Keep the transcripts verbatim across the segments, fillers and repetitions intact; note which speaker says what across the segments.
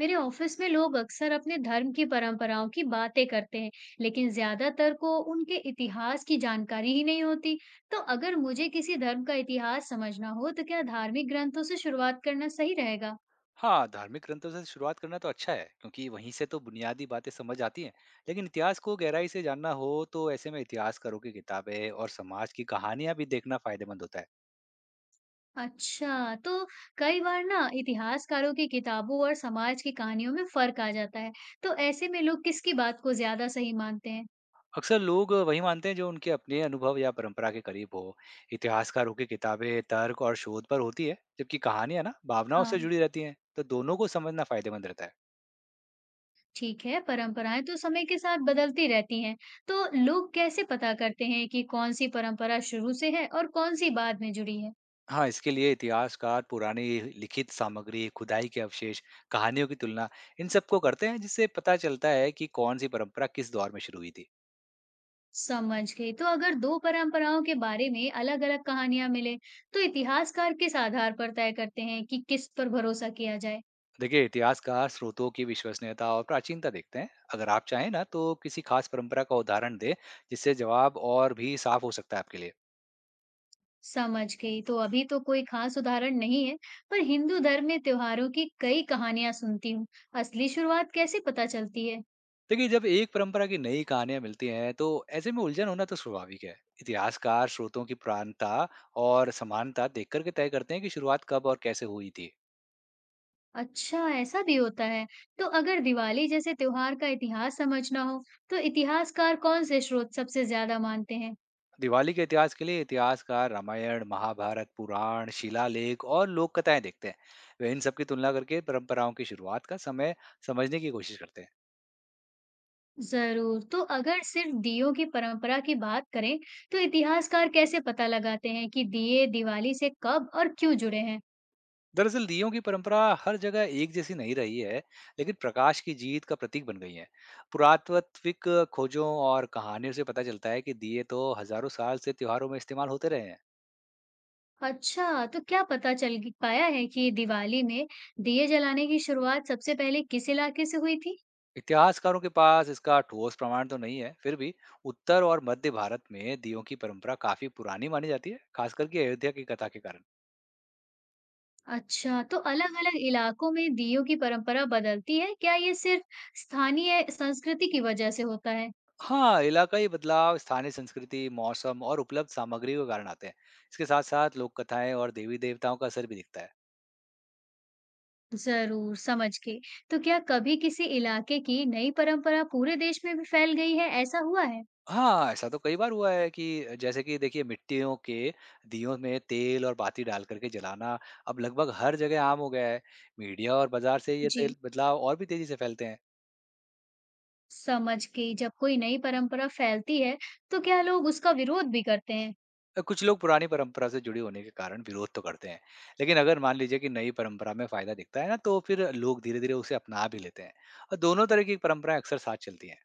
Speaker 1: मेरे ऑफिस में लोग अक्सर अपने धर्म की परंपराओं की बातें करते हैं, लेकिन ज्यादातर को उनके इतिहास की जानकारी ही नहीं होती। तो अगर मुझे किसी धर्म का इतिहास समझना हो, तो क्या धार्मिक ग्रंथों से शुरुआत करना सही रहेगा?
Speaker 2: हाँ, धार्मिक ग्रंथों से शुरुआत करना तो अच्छा है क्योंकि वहीं से तो बुनियादी बातें समझ आती हैं। लेकिन इतिहास को गहराई से जानना हो तो ऐसे में इतिहासकारों की किताबें और समाज की कहानियां भी देखना फायदेमंद होता है।
Speaker 1: अच्छा, तो कई बार ना इतिहासकारों की किताबों और समाज की कहानियों में फर्क आ जाता है। तो ऐसे में लोग किसकी बात को ज्यादा सही मानते हैं?
Speaker 2: अक्सर लोग वही मानते हैं जो उनके अपने अनुभव या परंपरा के करीब हो। इतिहासकारों की किताबें तर्क और शोध पर होती है जबकि कहानियां ना भावनाओं से
Speaker 1: हाँ,
Speaker 2: जुड़ी रहती हैं, तो दोनों को समझना फायदेमंद रहता है।
Speaker 1: ठीक है। परंपराएं तो समय के साथ बदलती रहती हैं, तो लोग कैसे पता करते हैं कि कौन सी परंपरा शुरू से है और कौन सी बाद में जुड़ी है?
Speaker 2: हाँ, इसके लिए इतिहासकार पुरानी लिखित सामग्री, खुदाई के अवशेष, कहानियों की तुलना, इन सबको करते हैं जिससे पता चलता है कि कौन सी परंपरा किस दौर में शुरू हुई थी।
Speaker 1: समझ गई। तो अगर दो परंपराओं के बारे में अलग-अलग कहानियां मिले, तो इतिहासकार किस आधार पर तय करते हैं कि किस पर भरोसा किया जाए?
Speaker 2: देखिए, इतिहासकार स्रोतों की विश्वसनीयता और प्राचीनता देखते हैं। अगर आप चाहें ना तो किसी खास परंपरा का उदाहरण दें जिससे जवाब और भी साफ हो सकता है आपके लिए।
Speaker 1: समझ गई। तो अभी तो कोई खास उदाहरण नहीं है, पर हिंदू धर्म में त्योहारों की कई कहानियां सुनती हूँ। असली शुरुआत कैसे पता चलती है?
Speaker 2: देखिए, जब एक परंपरा की नई कहानियां मिलती हैं तो ऐसे में उलझन होना तो स्वाभाविक है। इतिहासकार स्रोतों की पुरानता और समानता देखकर के तय करते हैं कि शुरुआत कब और कैसे हुई थी।
Speaker 1: अच्छा, ऐसा भी होता है। तो अगर दिवाली जैसे त्योहार का इतिहास समझना हो, तो इतिहासकार कौन-से स्रोत सबसे ज़्यादा मानते हैं?
Speaker 2: दिवाली के इतिहास के लिए इतिहासकार रामायण, महाभारत, पुराण, शिलालेख और लोक कथाएं देखते हैं। वे इन सब की तुलना करके परंपराओं की शुरुआत का समय समझने की कोशिश करते हैं।
Speaker 1: ज़रूर। तो अगर सिर्फ दीयों की परंपरा की बात करें, तो इतिहासकार कैसे पता लगाते हैं कि दिए दिवाली से कब और क्यों जुड़े हैं?
Speaker 2: दरअसल, दियों की परंपरा हर जगह एक जैसी नहीं रही है, लेकिन प्रकाश की जीत का प्रतीक बन गई है। पुरातात्विक खोजों और कहानियों से पता चलता है कि दिए तो हजारों साल से त्योहारों में इस्तेमाल होते रहे हैं।
Speaker 1: अच्छा, तो क्या पता चल ग- पाया है कि दिवाली में दिए जलाने की शुरुआत सबसे पहले किस इलाके से हुई थी?
Speaker 2: इतिहासकारों के पास इसका ठोस प्रमाण तो नहीं है, फिर भी उत्तर और मध्य भारत में दीयों की परंपरा काफी पुरानी मानी जाती है, खासकर कि अयोध्या की कथा के कारण।
Speaker 1: अच्छा, तो अलग-अलग इलाकों में दीयों की परंपरा बदलती है, क्या ये सिर्फ स्थानीय संस्कृति की वजह से होता है?
Speaker 2: हाँ, इलाकाई बदलाव स्थानीय संस्कृति, मौसम और उपलब्ध सामग्री के कारण आते हैं। इसके साथ साथ लोक कथाएं और देवी देवताओं का असर भी दिखता है।
Speaker 1: ज़रूर, समझ गई। तो क्या कभी किसी इलाके की नई परंपरा पूरे देश में भी फैल गई है, ऐसा हुआ है?
Speaker 2: हाँ, ऐसा तो कई बार हुआ है कि जैसे कि देखिए, मिट्टियों के दियों में तेल और बाती डाल करके जलाना अब लगभग हर जगह आम हो गया है। मीडिया और बाजार से ये
Speaker 1: जी,
Speaker 2: तेल बदलाव और भी तेजी से फैलते हैं।
Speaker 1: समझ गई। जब कोई नई परंपरा फैलती है, तो क्या लोग उसका विरोध भी करते हैं?
Speaker 2: कुछ लोग पुरानी परंपरा से जुड़े होने के कारण विरोध तो करते हैं, लेकिन अगर मान लीजिए कि नई परंपरा में फायदा दिखता है ना तो फिर लोग धीरे धीरे उसे अपना भी लेते हैं, और दोनों तरह की परंपराएं अक्सर साथ चलती हैं।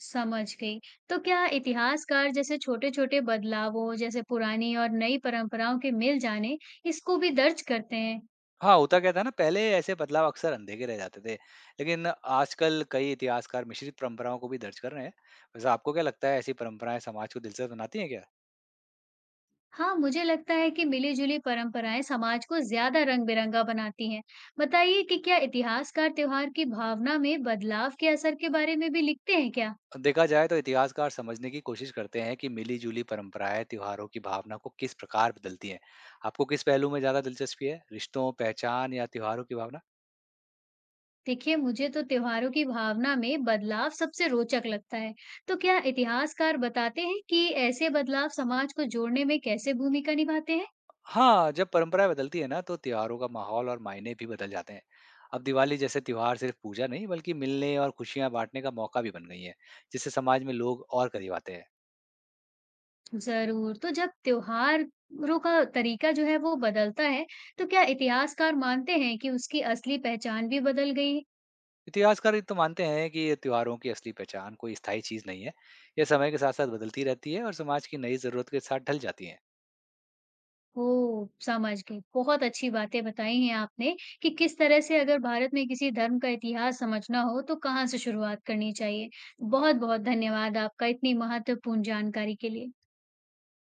Speaker 1: समझ गई। तो क्या इतिहासकार जैसे छोटे-छोटे बदलावों, जैसे पुरानी और नई परंपराओं के मिल जाने, इसको भी दर्ज करते हैं?
Speaker 2: हाँ, होता क्या था ना, पहले ऐसे बदलाव अक्सर अनदेखे रह जाते थे, लेकिन आजकल कई इतिहासकार मिश्रित परंपराओं को भी दर्ज कर रहे हैं। वैसे आपको क्या लगता है, ऐसी परंपराएं समाज को दिलचस्प बनाती हैं क्या?
Speaker 1: हाँ, मुझे लगता है कि मिली-जुली परंपराएँ समाज को ज़्यादा रंग-बिरंगा बनाती हैं। बताइए कि क्या इतिहासकार त्योहार की भावना में बदलाव के असर के बारे में भी लिखते हैं क्या?
Speaker 2: देखा जाए तो इतिहासकार समझने की कोशिश करते हैं कि मिली-जुली परंपराएं त्योहारों की भावना को किस प्रकार बदलती हैं। आपको किस पहलू में ज्यादा दिलचस्पी है, रिश्तों, पहचान या त्योहारों की भावना?
Speaker 1: देखिए, मुझे तो त्योहारों की भावना में बदलाव सबसे रोचक लगता है। तो क्या इतिहासकार बताते हैं कि ऐसे बदलाव समाज को जोड़ने में कैसे भूमिका निभाते हैं?
Speaker 2: हाँ, जब परंपराएं बदलती है ना तो त्योहारों का माहौल और मायने भी बदल जाते हैं। अब दिवाली जैसे त्योहार सिर्फ पूजा नहीं बल्कि मिलने और खुशियां बांटने का मौका भी बन गई है, जिससे समाज में लोग और करीब आते हैं।
Speaker 1: ज़रूर, तो जब त्योहारों का तरीका जो है वो बदलता है, तो क्या इतिहासकार मानते हैं कि उसकी असली पहचान भी बदल गई?
Speaker 2: इतिहासकार ये तो मानते हैं कि ये त्योहारों की असली पहचान कोई स्थायी चीज नहीं है, यह समय के साथ-साथ बदलती रहती है और समाज की नई जरूरत के साथ ढल जाती है।
Speaker 1: ओह! समझ गई। बहुत अच्छी बातें बताई हैं आपने कि किस तरह से अगर भारत में किसी धर्म का इतिहास समझना हो तो कहाँ से शुरुआत करनी चाहिए। बहुत-बहुत धन्यवाद आपका इतनी महत्वपूर्ण जानकारी के लिए।